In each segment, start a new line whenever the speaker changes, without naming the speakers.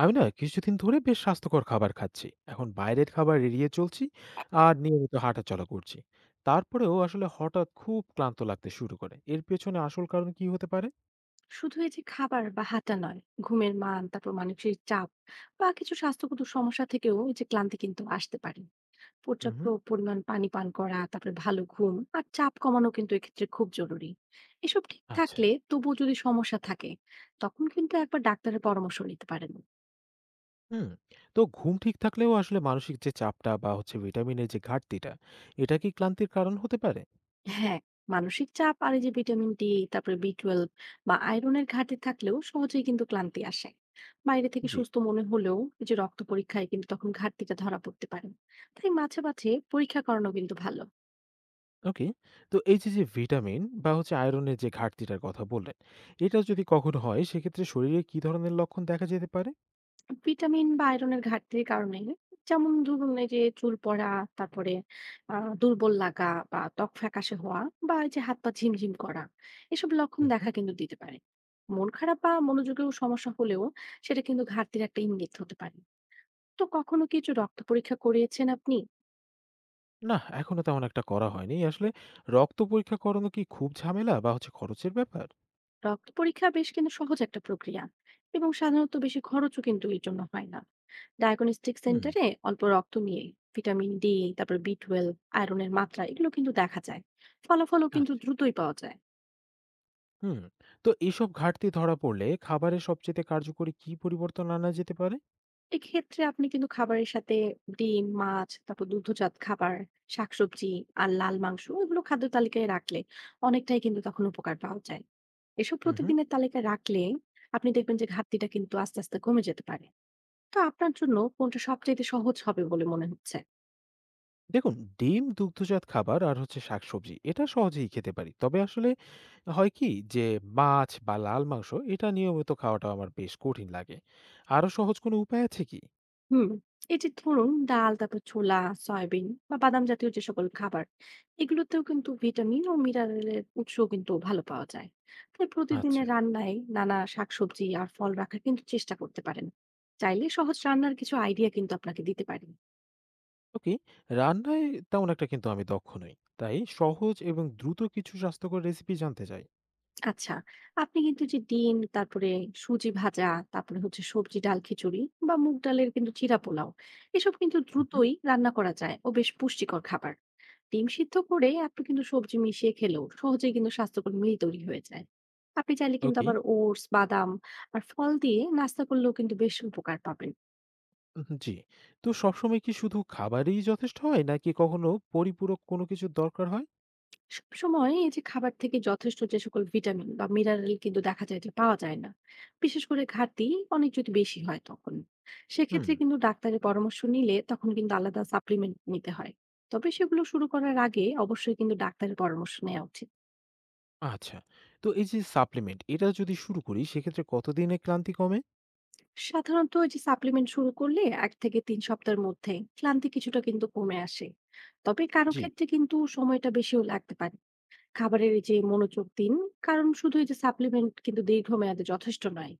আমি না কিছুদিন ধরে বেশ স্বাস্থ্যকর খাবার খাচ্ছি। এখন বাইরের খাবার এড়িয়ে চলছি আর নিয়মিত হাঁটাচলা করছি। তারপরেও আসলে হঠাৎ খুব ক্লান্ত লাগতে শুরু করে। এর পেছনে আসল কারণ কি হতে পারে?
শুধু এই যে খাবার বা হাঁটা নয়, ঘুমের মান, তারপর মানসিক চাপ বা কিছু স্বাস্থ্যগত সমস্যা থেকেও এই যে ক্লান্তি কিন্তু আসতে পারে। পর্যাপ্ত
উহু।
পরিমাণ পানি পান করা, তারপরে ভালো ঘুম আর চাপ কমানো কিন্তু এক্ষেত্রে খুব জরুরি। এসব ঠিক
আচ্ছা।
থাকলে তবুও যদি সমস্যা থাকে, তখন কিন্তু একবার ডাক্তারের পরামর্শ নিতে পারেন।
হুম। তো ঘুম ঠিক থাকলেও আসলে মানসিক যে চাপটা বা হচ্ছে ভিটামিনের যে ঘাটতিটা, এটা কি ক্লান্তির কারণ হতে পারে?
হ্যাঁ, মানসিক চাপ আর এই যে ভিটামিন ডি, তারপরে বি টুয়েলভ বা আয়রনের ঘাটতি থাকলেও সহজেই কিন্তু ক্লান্তি আসে। বাইরে থেকে
জি,
সুস্থ মনে হলেও এই যে রক্ত পরীক্ষায় কিন্তু তখন ঘাটতিটা ধরা পড়তে পারে। তাই মাঝে মাঝে পরীক্ষা করানো কিন্তু ভালো।
ওকে। তো এই যে, যে ভিটামিন বা হচ্ছে আয়রনের যে ঘাটতিটার কথা বললেন, এটা যদি কখনো হয় সেক্ষেত্রে শরীরে কি ধরনের লক্ষণ দেখা যেতে পারে?
ভিটামিন বা আয়রনের ঘাটতির কারণে, যেমন ধরুন এই যে চুল পড়া, তারপরে দুর্বল লাগা বা ত্বক ফ্যাকাশে হওয়া বা এই যে হাত পা ঝিমঝিম করা, এসব লক্ষণ দেখা কিন্তু দিতে পারে। মন খারাপ বা মনোযোগেও সমস্যা হলেও সেটা কিন্তু ঘাটতির একটা ইঙ্গিত হতে পারে। তো কখনো কিছু রক্ত পরীক্ষা করিয়েছেন আপনি?
না, এখনো তেমন একটা করা হয়নি। আসলে রক্ত পরীক্ষা করানো কি খুব ঝামেলা বা হচ্ছে খরচের ব্যাপার?
রক্ত পরীক্ষা বেশ কিন্তু সহজ একটা প্রক্রিয়া, এবং সাধারণত বেশি খরচও কিন্তু এর জন্য হয় না। ডায়াগনস্টিক
হুম,
সেন্টারে অল্প রক্ত নিয়ে ভিটামিন ডি, তারপর বি টুয়েলভ, আয়রনের মাত্রা এগুলো কিন্তু দেখা যায়। ফলাফলও কিন্তু
আচ্ছা।
দ্রুতই পাওয়া যায়।
হুম। তো এসব ঘাটতি ধরা পড়লে খাবারের সবচেয়ে কার্যকরী কি পরিবর্তন আনা যেতে পারে?
এক্ষেত্রে আপনি কিন্তু খাবারের সাথে ডিম, মাছ, তারপর দুগ্ধজাত খাবার, শাকসবজি আর লাল মাংস, এগুলো খাদ্য তালিকায় রাখলে অনেকটাই কিন্তু তখন উপকার পাওয়া যায়। এসব
হুম, হুম।
প্রতিদিনের তালিকায় রাখলে আপনি দেখবেন যে ঘাটতিটা কিন্তু আস্তে আস্তে কমে যেতে পারে। তো আপনার জন্য কোনটা সবচাইতে সহজ হবে বলে মনে হচ্ছে?
দেখুন, ডিম, দুগ্ধজাত খাবার আর হচ্ছে শাকসবজি এটা সহজেই খেতে পারি। তবে আসলে হয় কি যে মাছ বা লাল মাংস এটা নিয়মিত খাওয়াটা আমার বেশ কঠিন লাগে। আরো সহজ কোনো উপায় আছে কি?
হুম, এই যে ধরুন ডাল, তারপর ছোলা, সয়াবিন বা বাদাম জাতীয় যে সকল খাবার, এগুলোতেও কিন্তু ভিটামিন ও মিনারেলের উৎস কিন্তু ভালো পাওয়া যায়। তাই
আচ্ছা।
প্রতিদিনের রান্নায় নানা শাকসবজি আর ফল রাখার কিন্তু চেষ্টা করতে পারেন। চাইলে সহজ রান্নার কিছু আইডিয়া কিন্তু আপনাকে দিতে পারি।
ওকে, রান্নায় তেমন একটা কিন্তু আমি দক্ষ নই। তাই সহজ এবং দ্রুত কিছু স্বাস্থ্যকর রেসিপি জানতে চাই।
আচ্ছা, আপনি কিন্তু যে ডিম, তারপরে সুজি ভাজা, তারপরে হচ্ছে সবজি ডাল খিচুড়ি বা মুগ ডালের কিন্তু চিরা পোলাও, এসব কিন্তু
উহু।
দ্রুতই রান্না করা যায় ও বেশ পুষ্টিকর খাবার। ডিম সিদ্ধ করে আপনি কিন্তু সবজি মিশিয়ে খেলেও সহজেই কিন্তু স্বাস্থ্যকর মিল তৈরি হয়ে যায়। আপনি চাইলে কিন্তু
ওকে,
আবার ওটস, বাদাম আর ফল দিয়ে নাস্তা করলেও কিন্তু বেশ উপকার পাবেন।
উহু, জি। তো সবসময় কি শুধু খাবারই যথেষ্ট হয় নাকি কখনো পরিপূরক কোনো কিছুর দরকার হয়?
সবসময় এই যে খাবার থেকে যথেষ্ট যে সকল ভিটামিন বা মিনারেল কিন্তু দেখা যায় যে পাওয়া যায় না, বিশেষ করে ঘাটতি অনেক যদি বেশি হয়, তখন
হুম,
সেক্ষেত্রে কিন্তু ডাক্তারের পরামর্শ নিলে তখন কিন্তু আলাদা সাপ্লিমেন্ট নিতে হয়। তবে সেগুলো শুরু করার আগে অবশ্যই কিন্তু ডাক্তারের পরামর্শ নেওয়া উচিত।
আচ্ছা। তো এই যে সাপ্লিমেন্ট এটা যদি শুরু করি সেক্ষেত্রে কতদিনে ক্লান্তি কমে?
সাধারণত ওই যে সাপ্লিমেন্ট শুরু করলে ১ থেকে ৩ সপ্তাহের মধ্যে ক্লান্তি কিছুটা কিন্তু কমে আসে। তবে কারো
জি,
ক্ষেত্রে কিন্তু সময়টা বেশিও লাগতে পারে। খাবারের এই যে মনোযোগ দিন, কারণ শুধু এই যে সাপ্লিমেন্ট কিন্তু দীর্ঘমেয়াদে যথেষ্ট নয়।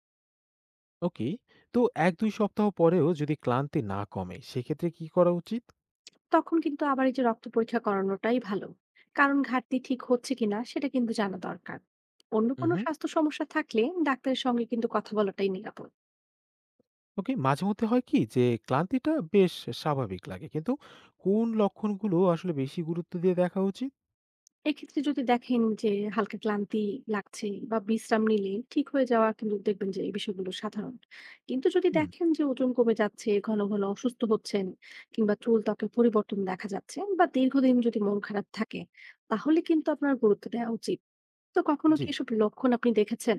ওকে। তো ১-২ সপ্তাহ পরেও যদি ক্লান্তি না কমে সেক্ষেত্রে কি করা উচিত?
তখন কিন্তু আবার এই যে রক্ত পরীক্ষা করানোটাই ভালো, কারণ ঘাটতি ঠিক হচ্ছে কিনা সেটা কিন্তু জানা দরকার। অন্য কোনো
উহু।
স্বাস্থ্য সমস্যা থাকলে ডাক্তারের সঙ্গে কিন্তু কথা বলাটাই নিরাপদ।
ওকে, মাঝে মধ্যে হয় কি যে ক্লান্তিটা বেশ স্বাভাবিক লাগে, কিন্তু কোন লক্ষণগুলো আসলে বেশি গুরুত্ব দিয়ে দেখা উচিত?
এক্ষেত্রে যদি দেখেন যে হালকা ক্লান্তি লাগছে বা বিশ্রাম নিলে ঠিক হয়ে যাওয়া, কিন্তু দেখবেন যে এই বিষয়গুলো সাধারণ। কিন্তু যদি
হুম।
দেখেন যে ওজন কমে যাচ্ছে, ঘন ঘন অসুস্থ হচ্ছেন, কিংবা চুল ত্বকে পরিবর্তন দেখা যাচ্ছে বা দীর্ঘদিন যদি মন খারাপ থাকে, তাহলে কিন্তু আপনার গুরুত্ব দেওয়া উচিত। তো কখনো কি
জি।
এসব লক্ষণ আপনি দেখেছেন?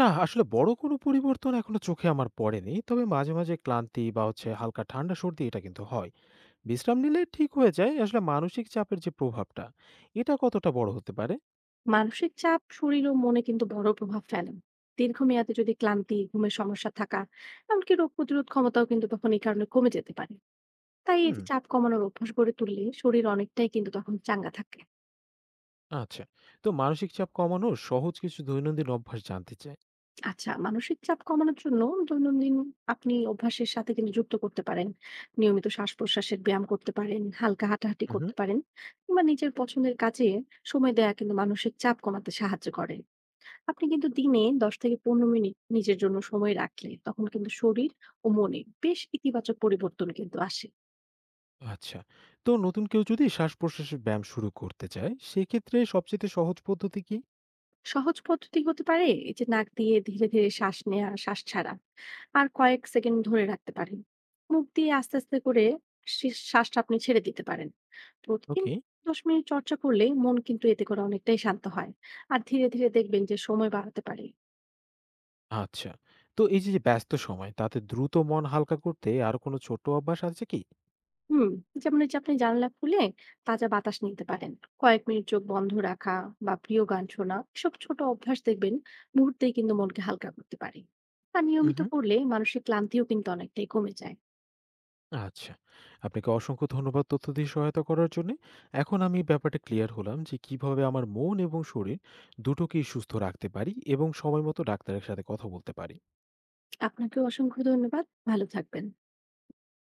না, আসলে বড় কোনো পরিবর্তন এখনো চোখে আমার পড়েনি, তবে মাঝে মাঝে ক্লান্তি বা হচ্ছে হালকা ঠান্ডা সর্দি এটা কিন্তু হয়। বিশ্রাম নিলে ঠিক হয়ে যায়। আসলে মানসিক চাপের যে প্রভাবটা, এটা কতটা বড় হতে পারে?
মানসিক চাপ শরীর ও মনে কিন্তু বড় প্রভাব ফেলে। দীর্ঘমেয়াদে যদি ক্লান্তি, ঘুমের সমস্যা থাকা, এমনকি রোগ প্রতিরোধ ক্ষমতাও কিন্তু তখন এই কারণে কমে যেতে পারে। তাই এই
হুম।
যে চাপ কমানোর অভ্যাস গড়ে তুললে শরীর অনেকটাই কিন্তু তখন চাঙ্গা থাকে।
আচ্ছা। তো মানসিক চাপ কমানোর সহজ কিছু দৈনন্দিন অভ্যাস জানতে চাই।
আচ্ছা, মানসিক চাপ কমানোর জন্য দৈনন্দিন আপনি অভ্যাসের সাথে কিন্তু যুক্ত করতে পারেন। নিয়মিত শ্বাস-প্রশ্বাসের ব্যায়াম করতে পারেন, হালকা হাঁটাহাঁটি
হুম।
করতে পারেন, কিংবা নিজের পছন্দের কাজে সময় দেয়া কিন্তু মানসিক চাপ কমাতে সাহায্য করে। আপনি কিন্তু দিনে ১০ থেকে ১৫ মিনিট নিজের জন্য সময় রাখলে তখন কিন্তু শরীর ও মনে বেশ ইতিবাচক পরিবর্তন কিন্তু আসে।
আচ্ছা। তো নতুন কেউ যদি শ্বাসপ্রশ্বাসের ব্যায়াম শুরু করতে চায়, সেক্ষেত্রে সবচেয়ে সহজ পদ্ধতি কি?
সহজ পদ্ধতি হতে পারে এই যে নাক দিয়ে ধীরে ধীরে শ্বাস নেওয়া, শ্বাস ছাড়া আর কয়েক সেকেন্ড ধরে রাখতে পারেন। মুখ দিয়ে আস্তে আস্তে করে শ্বাসটা আপনি ছেড়ে দিতে পারেন। প্রতিদিন
ওকে।
১০ মিনিট চর্চা করলে মন কিন্তু এতে করে অনেকটাই শান্ত হয়। আর ধীরে ধীরে দেখবেন যে সময় বাড়াতে পারে।
আচ্ছা। তো এই যে, যে ব্যস্ত সময় তাতে দ্রুত মন হালকা করতে আরো কোনো ছোট অভ্যাস আছে কি?
হুম, যেমন এই যে আপনি জানলা খুলে তাজা বাতাস নিতে পারেন, কয়েক মিনিট চোখ বন্ধ রাখা বা প্রিয় গান শোনা, এসব ছোট অভ্যাস দেখবেন মুহূর্তেই কিন্তু মনকে হালকা করতে পারে। আর
উ
নিয়মিত
উহু।
করলে মানসিক ক্লান্তিও কিন্তু অনেকটাই কমে যায়।
আচ্ছা। আপনাকে অসংখ্য ধন্যবাদ তথ্য দিয়ে সহায়তা করার জন্যে। এখন আমি ব্যাপারটা ক্লিয়ার হলাম যে, কিভাবে আমার মন এবং শরীর দুটোকেই সুস্থ রাখতে পারি এবং সময়মতো ডাক্তারের সাথে কথা বলতে পারি।
আপনাকেও অসংখ্য ধন্যবাদ। ভালো থাকবেন।